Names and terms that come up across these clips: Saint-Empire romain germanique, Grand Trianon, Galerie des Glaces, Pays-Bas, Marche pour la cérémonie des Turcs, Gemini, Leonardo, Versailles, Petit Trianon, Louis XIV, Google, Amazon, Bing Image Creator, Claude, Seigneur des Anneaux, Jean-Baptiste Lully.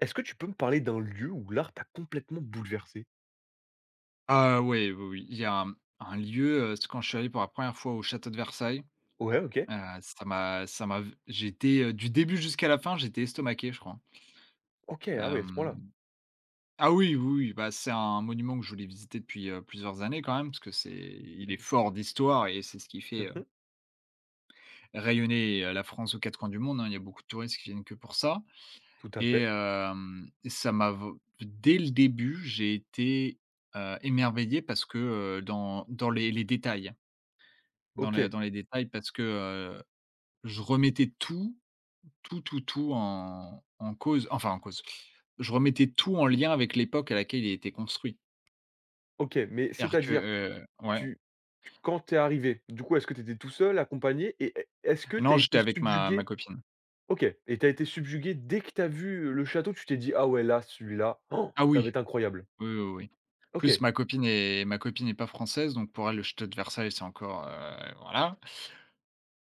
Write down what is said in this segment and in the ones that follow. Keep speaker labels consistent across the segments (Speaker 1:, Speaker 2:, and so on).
Speaker 1: Est-ce que tu peux me parler d'un lieu où l'art t'a complètement bouleversé?
Speaker 2: Ah ouais, oui, oui, oui. Il y a un lieu, quand je suis allé pour la première fois au château de Versailles.
Speaker 1: Ouais, OK.
Speaker 2: Heu, ça m'a J'étais, du début jusqu'à la fin, j'étais estomaqué, je crois.
Speaker 1: OK, ah oui, à ce point-là.
Speaker 2: Hem, ah oui, oui, oui, bah, c'est un monument que je voulais visiter depuis, plusieurs années quand même, parce que c'est il est fort d'histoire et c'est ce qui fait,
Speaker 1: Mmh.
Speaker 2: rayonner, la France aux 4 coins du monde, hein. Il y a beaucoup de touristes qui viennent que pour ça
Speaker 1: Tout à
Speaker 2: et
Speaker 1: fait.
Speaker 2: ça m'a v dès le début, j'ai été, émerveillé parce que, dans les détails. Dans les
Speaker 1: OK,
Speaker 2: dans les détails parce que, je remettais tout en cause, enfin en cause. Je remettais tout en lien avec l'époque à laquelle il était construit.
Speaker 1: OK, mais
Speaker 2: C'est-à-dire que,
Speaker 1: c'est-à-dire,
Speaker 2: ouais.
Speaker 1: tu tu quand t'es arrivé, du coup, est-ce que t'étais tout seul, accompagné et est-ce que t'as
Speaker 2: Non, j'étais
Speaker 1: été
Speaker 2: avec ma
Speaker 1: subjugué?
Speaker 2: copine.
Speaker 1: OK, et t'as été subjugué dès que t'as vu le château, tu t'es dit: «Ah ouais, là, celui-là, oh,
Speaker 2: Ah
Speaker 1: ça va
Speaker 2: oui,
Speaker 1: être incroyable».
Speaker 2: oui, oui, oui. Plus
Speaker 1: OK.
Speaker 2: ma copine n'est pas française, donc pour elle, le château de Versailles, c'est encore, voilà,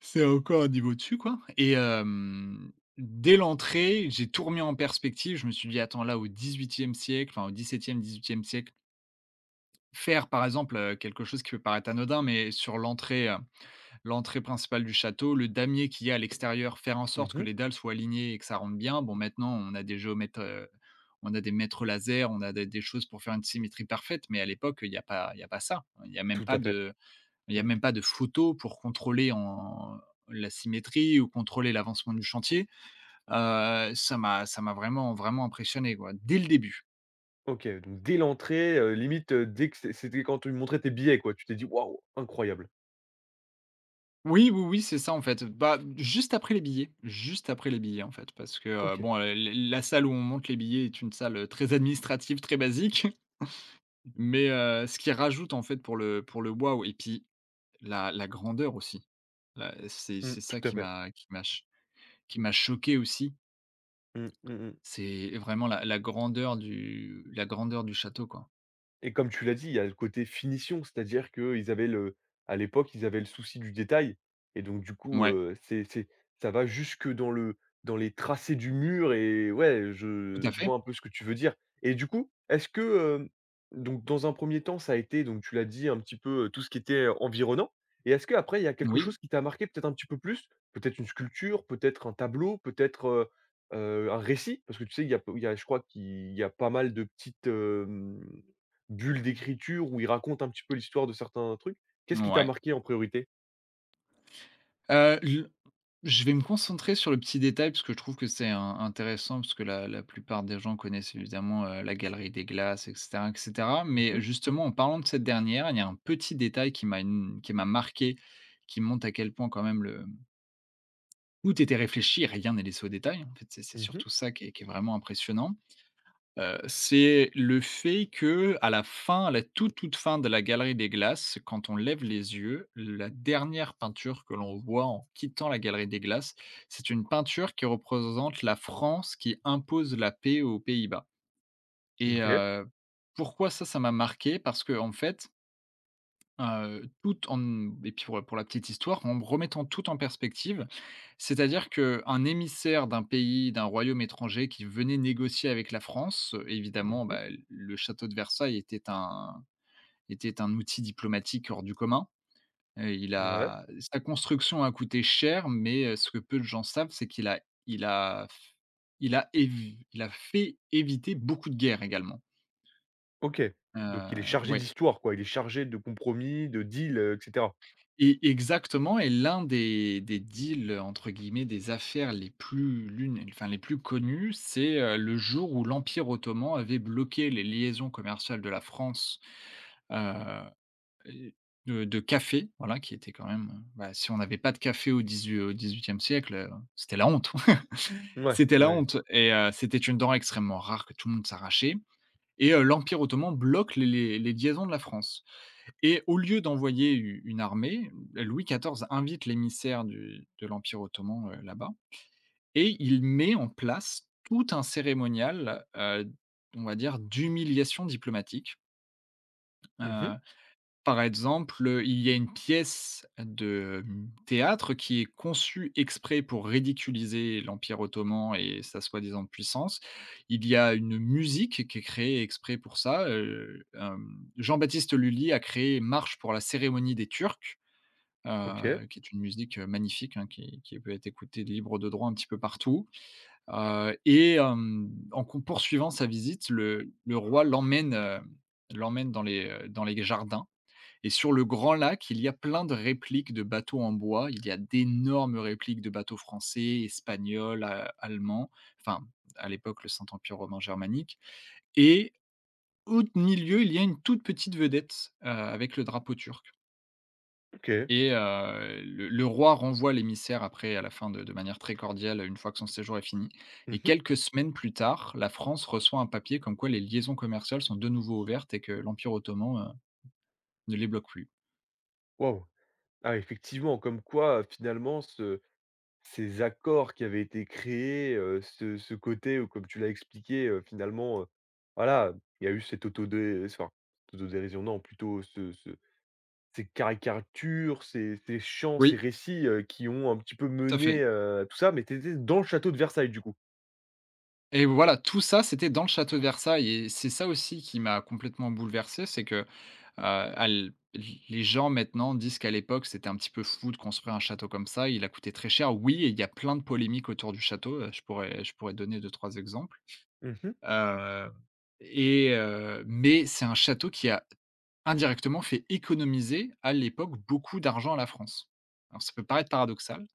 Speaker 2: c'est encore un niveau dessus quoi et dès l'entrée, j'ai tout remis en perspective. Je me suis dit: «Attends, là, au XVIIIe siècle, enfin au XVIIe-XVIIIe siècle, faire par exemple, quelque chose qui peut paraître anodin, mais sur l'entrée principale du château, le damier qu'il y a à l'extérieur, faire en sorte que
Speaker 1: Mmh.
Speaker 2: les dalles soient alignées et que ça rentre bien. Bon, maintenant, on a des géomètres, on a des mètres laser, on a des choses pour faire une symétrie parfaite, mais à l'époque, il y a pas ça. Il y a même
Speaker 1: Tout
Speaker 2: pas
Speaker 1: à fait.
Speaker 2: de
Speaker 1: Mmh.
Speaker 2: photos pour contrôler en la symétrie ou contrôler l'avancement du chantier. Ça m'a vraiment, vraiment impressionné, quoi, dès le début.»
Speaker 1: OK, donc dès l'entrée, limite, dès que c'était quand tu te montrait tes billets, quoi, tu t'es dit: «Waouh, incroyable».
Speaker 2: Oui, oui, oui, c'est ça en fait. Bah, juste après les billets en fait, parce que,
Speaker 1: OK.
Speaker 2: bon, l la salle où on monte les billets est une salle, très administrative, très basique, mais ce qui rajoute en fait pour le wow et puis la grandeur aussi. La c'est
Speaker 1: Mmh,
Speaker 2: c'est ça
Speaker 1: tout à
Speaker 2: qui
Speaker 1: fait.
Speaker 2: m'a qui m'a ch qui m'a choqué aussi,
Speaker 1: Mmh, mmh mh.
Speaker 2: c'est vraiment la grandeur du château quoi.
Speaker 1: Et comme tu l'as dit, il y a le côté finition, c'est-à-dire qu'ils avaient le à l'époque, ils avaient le souci du détail et donc du coup,
Speaker 2: Ouais,
Speaker 1: c'est ça va jusque dans le dans les tracés du mur, et ouais,
Speaker 2: tout
Speaker 1: je
Speaker 2: à
Speaker 1: je
Speaker 2: fait.
Speaker 1: vois un peu ce que tu veux dire, et du coup, est-ce que, donc dans un premier temps, ça a été, donc tu l'as dit un petit peu, tout ce qui était environnant, et est-ce qu'après il y a quelque
Speaker 2: Oui,
Speaker 1: chose qui t'a marqué peut-être un petit peu plus? Peut-être une sculpture, peut-être un tableau, peut-être, un récit? Parce que tu sais, il y a, je crois qu'il y a pas mal de petites bulle d'écriture où il raconte un petit peu l'histoire de certains trucs. Qu'est-ce qui t'a
Speaker 2: ouais.
Speaker 1: marqué en priorité?
Speaker 2: L Je vais me concentrer sur le petit détail parce que je trouve que c'est in intéressant parce que la plupart des gens connaissent évidemment, la Galerie des Glaces, et cetera, et cetera.
Speaker 1: Mmh
Speaker 2: Mais
Speaker 1: mh.
Speaker 2: justement, en parlant de cette dernière, il y a un petit détail qui m'a marqué, qui montre à quel point quand même le tout était réfléchi, rien n'est laissé au détail. En fait, c'est
Speaker 1: Mmh.
Speaker 2: surtout ça qui est vraiment impressionnant. C'est le fait que à la fin, à la toute, toute fin de la Galerie des Glaces, quand on lève les yeux, la dernière peinture que l'on voit en quittant la Galerie des Glaces, c'est une peinture qui représente la France qui impose la paix aux Pays-Bas. et
Speaker 1: OK.
Speaker 2: heu, pourquoi ça, ça m'a marqué? Parce que en fait. Tout en Et puis pour la petite histoire, en me remettant tout en perspective. C'est-à-dire qu'un émissaire d'un pays, d'un royaume étranger qui venait négocier avec la France, évidemment,
Speaker 1: Mmh.
Speaker 2: bah, le château de Versailles était un outil diplomatique hors du commun. Il
Speaker 1: Ouais.
Speaker 2: a Sa construction a coûté cher, mais ce que peu de gens savent, c'est qu'il a il a il a évi il a fait éviter beaucoup de guerres également.
Speaker 1: OK.
Speaker 2: Heu,
Speaker 1: Donc il est chargé
Speaker 2: ouais.
Speaker 1: d'histoire quoi, il est chargé de compromis, de deals, et cetera.
Speaker 2: Et exactement, et l'un des deals, entre guillemets, des affaires les plus l'une enfin, les plus connues, c'est, le jour où l'Empire ottoman avait bloqué les liaisons commerciales de la France, heu et de café, voilà, qui était quand même, bah, si on n'avait pas de café au XVIIIe siècle, c'était la honte.
Speaker 1: Ouais,
Speaker 2: C'était la
Speaker 1: ouais.
Speaker 2: honte, et c'était une denrée extrêmement rare que tout le monde s'arrachait, et l'Empire ottoman bloque les liaisons de la France. Et au lieu d'envoyer u une armée, Louis XIV invite l'émissaire du de l'Empire ottoman, là-bas, et il met en place tout un cérémonial, on va dire d'humiliation diplomatique.
Speaker 1: Mmh.
Speaker 2: Heu, Par exemple, il y a une pièce de, théâtre qui est conçue exprès pour ridiculiser l'Empire ottoman et sa soi-disant puissance. Il y a une musique qui est créée exprès pour ça, Jean-Baptiste Lully a créé Marche pour la cérémonie des Turcs,
Speaker 1: OK,
Speaker 2: qui est une musique, magnifique, hein, qui peut être écoutée libre de droit un petit peu partout, et en con poursuivant sa visite, le roi l'emmène dans les jardins, et sur le grand lac, il y a plein de répliques de bateaux en bois. Il y a d'énormes répliques de bateaux français, espagnols, a allemands, enfin, à l'époque, le Saint-Empire romain germanique, et au milieu, il y a une toute petite vedette, avec le drapeau turc.
Speaker 1: OK.
Speaker 2: Et le roi renvoie l'émissaire après à la fin de manière très cordiale, une fois que son séjour est fini, et
Speaker 1: Mmh.
Speaker 2: quelques semaines plus tard, la France reçoit un papier comme quoi les liaisons commerciales sont de nouveau ouvertes et que l'Empire ottoman, ne les bloque plus.
Speaker 1: Waouh! Ah effectivement, comme quoi, finalement ce ces accords qui avaient été créés, ce ce côté où comme tu l'as expliqué, finalement, voilà, il y a eu cette auto dé enfin, autodérision non, plutôt ce ce ces caricatures, ces chants, ces
Speaker 2: Oui.
Speaker 1: récits, qui ont un petit peu
Speaker 2: Tout à fait,
Speaker 1: mené, tout ça, mais tu étais dans le château de Versailles, du coup?
Speaker 2: et voilà, tout ça, c'était dans le château de Versailles, et c'est ça aussi qui m'a complètement bouleversé, c'est que, à l les gens maintenant disent qu'à l'époque, c'était un petit peu fou de construire un château comme ça. Il a coûté très cher, oui, et il y a plein de polémiques autour du château, je pourrais donner deux trois exemples.
Speaker 1: Mmh.
Speaker 2: Heu mais c'est un château qui a indirectement fait économiser, à l'époque, beaucoup d'argent à la France. Alors ça peut paraître paradoxal,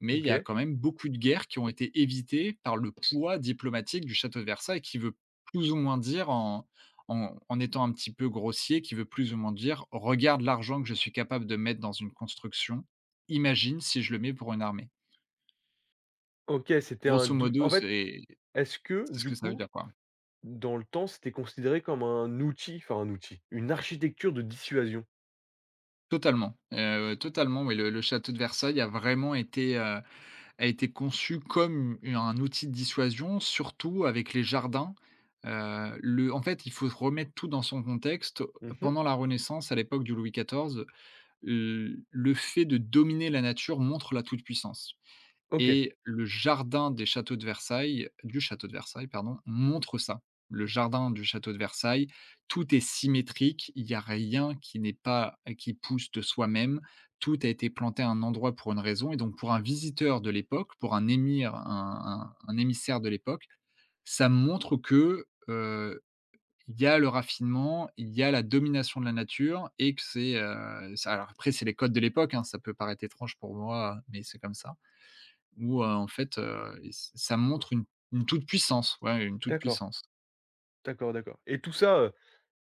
Speaker 2: mais il y a
Speaker 1: OK.
Speaker 2: quand même beaucoup de guerres qui ont été évitées par le poids diplomatique du château de Versailles, qui veut plus ou moins dire, en étant un petit peu grossier, qui veut plus ou moins dire: «Regarde l'argent que je suis capable de mettre dans une construction, imagine si je le mets pour une armée».
Speaker 1: OK, c'était un
Speaker 2: Grosso
Speaker 1: dou
Speaker 2: modo,
Speaker 1: en fait,
Speaker 2: c'est
Speaker 1: est-ce que,
Speaker 2: c'est ce
Speaker 1: du
Speaker 2: que ça veut
Speaker 1: coup,
Speaker 2: dire, quoi.
Speaker 1: dans le temps, c'était considéré comme un outil, enfin un outil, une architecture de dissuasion?
Speaker 2: Totalement, totalement, oui, le château de Versailles a été conçu comme u un outil de dissuasion, surtout avec les jardins. Le en fait, il faut remettre tout dans son contexte.
Speaker 1: Mmh.
Speaker 2: Pendant la Renaissance, à l'époque du Louis XIV, le fait de dominer la nature montre la toute-puissance.
Speaker 1: OK,
Speaker 2: Et le jardin des châteaux de Versailles du château de Versailles, pardon, montre ça. Le jardin du château de Versailles, tout est symétrique, il n'y a rien qui n'est pas qui pousse de soi-même. Tout a été planté à un endroit pour une raison, et donc pour un visiteur de l'époque, pour un émir, un émissaire de l'époque, ça montre que, il y a le raffinement, il y a la domination de la nature, et que c'est, ça, alors après c'est les codes de l'époque, hein, ça peut paraître étrange pour moi, mais c'est comme ça. En fait, et ç ça montre une toute puissance, ouais, une toute
Speaker 1: d'accord,
Speaker 2: puissance.
Speaker 1: d'accord, et tout ça,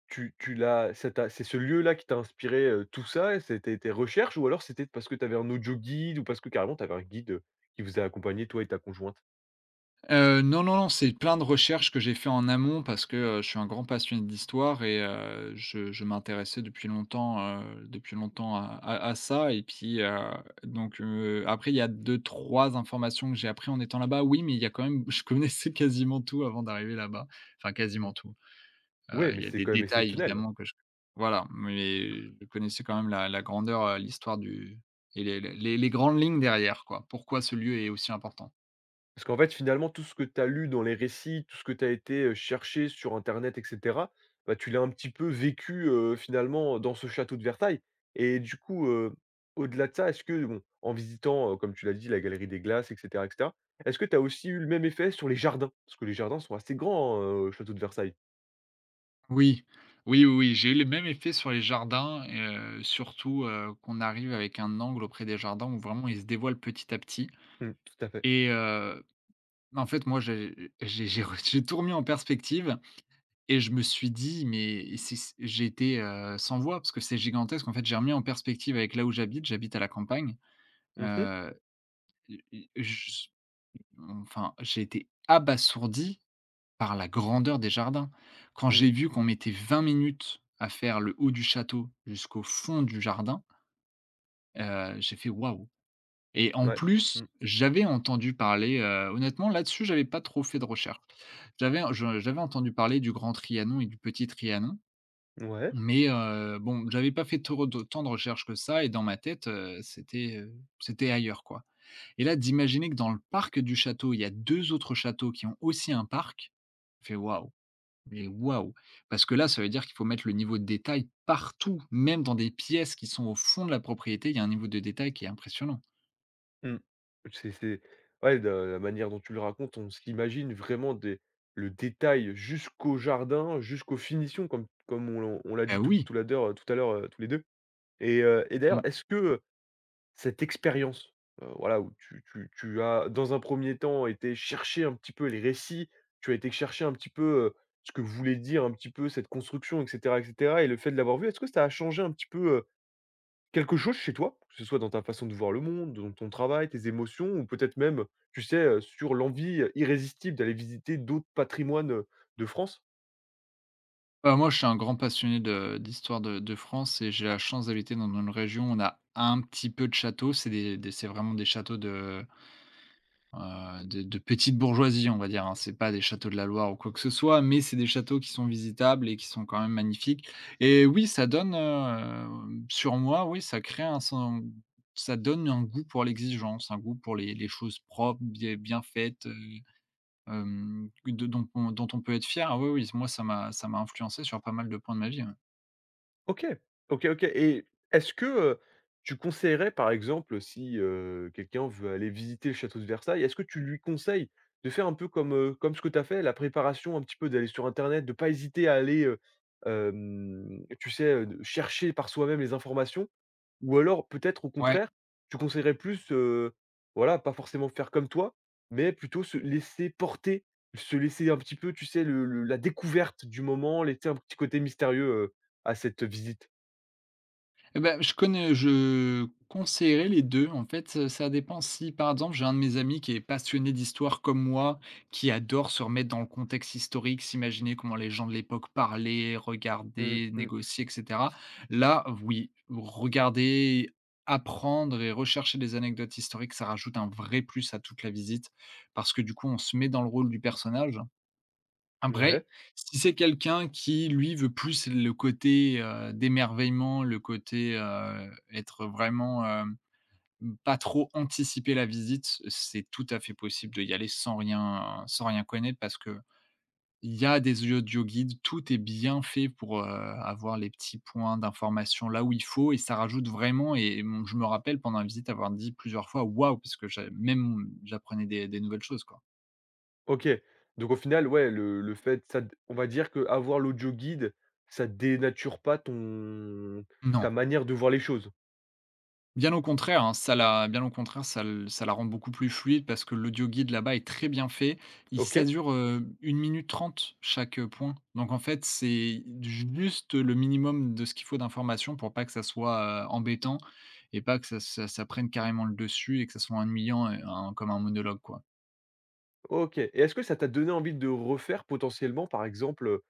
Speaker 1: tu l'as ça t'a c'est ce lieu-là qui t'a inspiré, tout ça? Et c'était tes recherches, ou alors c'était parce que tu avais un audio guide, ou parce que carrément tu avais un guide, qui vous a accompagné toi et ta conjointe?
Speaker 2: Non, non, non, c'est plein de recherches que j'ai fait en amont parce que, je suis un grand passionné d'histoire, et je m'intéressais depuis longtemps, à ça, et puis, donc, après il y a deux, trois informations que j'ai appris en étant là-bas, oui, mais il y a quand même je connaissais quasiment tout avant d'arriver là-bas. Enfin, quasiment
Speaker 1: Mmh.
Speaker 2: tout.
Speaker 1: Ouais,
Speaker 2: Il
Speaker 1: mais
Speaker 2: y a
Speaker 1: c'est
Speaker 2: des
Speaker 1: quand même
Speaker 2: détails
Speaker 1: exceptionnel.
Speaker 2: évidemment que je voilà, mais je connaissais quand même la grandeur, l'histoire du et les grandes lignes derrière quoi. Pourquoi ce lieu est aussi important.
Speaker 1: Parce qu'en fait, finalement, tout ce que tu as lu dans les récits, tout ce que tu as été, chercher sur internet et cetera, bah, tu l'as un petit peu vécu, finalement, dans ce château de Versailles, et du coup, au-delà de ça, est-ce que bon, en visitant, comme tu l'as dit, la Galerie des Glaces et cetera, est-ce que tu as aussi eu le même effet sur les jardins? Parce que les jardins sont assez grands, au château de Versailles.
Speaker 2: Oui, oui, oui, oui, j'ai eu le même effet sur les jardins, et surtout, qu'on arrive avec un angle auprès des jardins où vraiment ils se dévoilent petit à petit,
Speaker 1: Mmh, tout à fait.
Speaker 2: et en fait moi j'ai re j'ai tout remis en perspective, et je me suis dit: «Mais c'est c» j'étais, sans voix parce que c'est gigantesque en fait. J'ai remis en perspective avec là où j'habite, j'habite à la campagne.
Speaker 1: Mmh mh.
Speaker 2: Heu, je enfin, j'ai été abasourdi par la grandeur des jardins. Quand
Speaker 1: Mmh.
Speaker 2: j'ai vu qu'on mettait 20 minutes à faire le haut du château jusqu'au fond du jardin, j'ai fait: «Waouh», et en
Speaker 1: Ouais.
Speaker 2: plus,
Speaker 1: Mmh.
Speaker 2: j'avais entendu parler, honnêtement là-dessus, j'avais pas trop fait de recherche. J'avais entendu parler du Grand Trianon et du Petit Trianon,
Speaker 1: Ouais.
Speaker 2: mais bon, j'avais pas fait trop de tant de recherches que ça et dans ma tête, c'était, c'était ailleurs, quoi. Et là, d'imaginer que dans le parc du château, il y a 2 autres châteaux qui ont aussi un parc, fait «Waouh, mais waouh!» parce que là, ça veut dire qu'il faut mettre le niveau de détail partout, même dans des pièces qui sont au fond de la propriété, il y a un niveau de détail qui est impressionnant.
Speaker 1: Mmh. C'est, ouais, de la manière dont tu le racontes, on s'imagine vraiment des le détail jusqu'au jardin, jusqu'aux finitions comme comme on l'en on l'a
Speaker 2: Bah,
Speaker 1: dit tout
Speaker 2: oui,
Speaker 1: tout la d'heure tout à l'heure, tous les deux, et
Speaker 2: mmh.
Speaker 1: d'ailleurs, est-ce que cette expérience, voilà, où tu as, dans un premier temps, été chercher un petit peu les récits, tu as été chercher un petit peu, heu, ce que voulait dire un petit peu cette construction et cetera et cetera, et le fait de l'avoir vu, est-ce que ça a changé un petit peu quelque chose chez toi, que ce soit dans ta façon de voir le monde, dans ton travail, tes émotions, ou peut-être même, tu sais, sur l'envie, irrésistible d'aller visiter d'autres patrimoines, de France?
Speaker 2: Bah, moi, je suis un grand passionné de d'histoire de France et j'ai la chance d'habiter dans une région où on a un petit peu de châteaux, c'est vraiment des châteaux de de petite bourgeoisie, on va dire, hein. C'est pas des châteaux de la Loire ou quoi que ce soit, mais c'est des châteaux qui sont visitables et qui sont quand même magnifiques et oui, ça donne, sur moi, oui, ça donne un goût pour l'exigence, un goût pour les choses propres, bien bien faites, de dont on dont on peut être fier. Ah oui, oui, moi ça m'a influencé sur pas mal de points de ma vie,
Speaker 1: OK, OK, et est-ce que, tu conseillerais par exemple si, quelqu'un veut aller visiter le château de Versailles, est-ce que tu lui conseilles de faire un peu comme, comme ce que tu as fait, la préparation un petit peu d'aller sur internet, de pas hésiter à aller, tu sais, de chercher par soi-même les informations? Ou alors peut-être au
Speaker 2: ouais.
Speaker 1: contraire, tu conseillerais plus, voilà, pas forcément faire comme toi, mais plutôt se laisser porter, se laisser un petit peu, tu sais, le la découverte du moment, laisser un petit côté mystérieux, à cette visite.
Speaker 2: Eh bah, je conseillerais les deux. En fait, ça dépend. Si par exemple, j'ai un de mes amis qui est passionné d'histoire comme moi, qui adore se remettre dans le contexte historique, s'imaginer comment les gens de l'époque parlaient,
Speaker 1: Mmh
Speaker 2: regardaient,
Speaker 1: mh.
Speaker 2: négociaient et cetera. Là, oui, regarder, apprendre et rechercher des anecdotes historiques, ça rajoute un vrai plus à toute la visite parce que, du coup, on se met dans le rôle du personnage. Après,
Speaker 1: Ouais,
Speaker 2: si c'est quelqu'un qui, lui, veut plus le côté, d'émerveillement, le côté, être vraiment, pas trop anticiper la visite, c'est tout à fait possible de y aller sans rien connaître parce que il y a des audioguides, tout est bien fait pour, avoir les petits points d'information là où il faut et ça rajoute vraiment. Et mon je me rappelle pendant la visite avoir dit plusieurs fois: «Waouh!» parce que j'avais même, j'apprenais des nouvelles choses, quoi.
Speaker 1: OK. Donc au final, ouais, le fait ça d on va dire que avoir l'audio guide, ça dénature pas ton ta
Speaker 2: Non.
Speaker 1: manière de voir les choses.
Speaker 2: Bien au contraire, hein, ça la bien au contraire, ça la rend beaucoup plus fluide parce que l'audio guide là-bas est très bien fait. Il Ça
Speaker 1: OK.
Speaker 2: dure, 1 minute 30 chaque, point. Donc en fait, c'est juste le minimum de ce qu'il faut d'informations pour pas que ça soit, embêtant et pas que ça prenne carrément le dessus et que ça soit ennuyant et un comme un monologue, quoi.
Speaker 1: OK, et est-ce que ça t'a donné envie de refaire potentiellement, par exemple,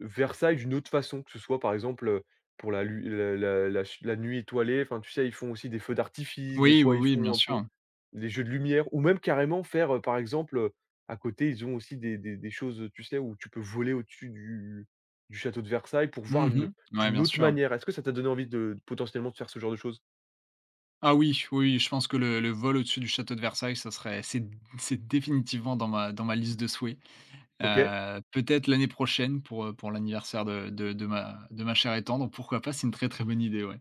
Speaker 1: Versailles d'une autre façon? Que ce soit, par exemple, pour la lu la la la ch la nuit étoilée, enfin, tu sais, ils font aussi des feux d'artifice, des
Speaker 2: Oui, oui,
Speaker 1: fois ils
Speaker 2: oui, bien
Speaker 1: font un peu
Speaker 2: sûr.
Speaker 1: des jeux de lumière, ou même carrément faire, par exemple, à côté, ils ont aussi des choses, tu sais, où tu peux voler au-dessus du château de Versailles pour voir une
Speaker 2: Mmh. Ouais,
Speaker 1: d'une
Speaker 2: bien
Speaker 1: autre
Speaker 2: sûr.
Speaker 1: manière. Est-ce que ça t'a donné envie de potentiellement de faire ce genre de choses?
Speaker 2: Ah oui, oui, oui, je pense que le vol au-dessus du château de Versailles, ça serait c'est définitivement dans ma liste de souhaits.
Speaker 1: OK,
Speaker 2: Peut-être l'année prochaine pour l'anniversaire de ma chère et tendre, pourquoi pas? C'est une très, très bonne idée, ouais.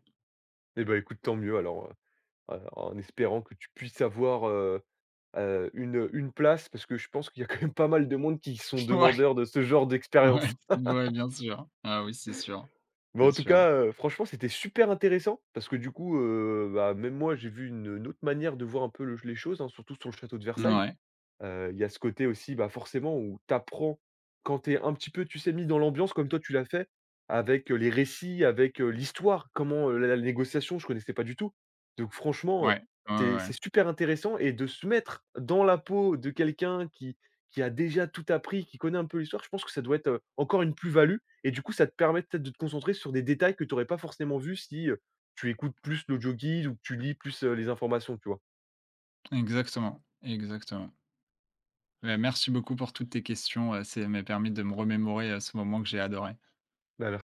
Speaker 1: et ben écoute, tant mieux alors, en espérant que tu puisses avoir une place, parce que je pense qu'il y a quand même pas mal de monde qui sont
Speaker 2: Ouais,
Speaker 1: demandeurs de ce genre
Speaker 2: ouais,
Speaker 1: d'expérience.
Speaker 2: ouais, bien sûr. Ah oui, c'est sûr,
Speaker 1: Mais
Speaker 2: c'est
Speaker 1: en tout
Speaker 2: sûr.
Speaker 1: cas, franchement, c'était super intéressant parce que du coup, bah, même moi j'ai vu une autre manière de voir un peu le les choses, hein, surtout sur le château de Versailles. Il y a ce côté aussi, bah, forcément où tu apprends quand tu es un petit peu, tu sais, mis dans l'ambiance comme toi tu l'as fait avec, les récits, avec, l'histoire, comment, la la négociation, je connaissais pas du tout. Donc franchement,
Speaker 2: Ouais, ouais, ouais, ouais, ouais.
Speaker 1: c'est super intéressant, et de se mettre dans la peau de quelqu'un qui a déjà tout appris, qui connaît un peu l'histoire, je pense que ça doit être, encore une plus-value, et du coup, ça te permet peut-être de te concentrer sur des détails que tu n'aurais pas forcément vus si, tu écoutes plus l'audio guide ou que tu lis plus, les informations, tu vois?
Speaker 2: Exactement, exactement. Bah, merci beaucoup pour toutes tes questions, c'est m'a permis de me remémorer, ce moment que j'ai adoré.
Speaker 1: Bah,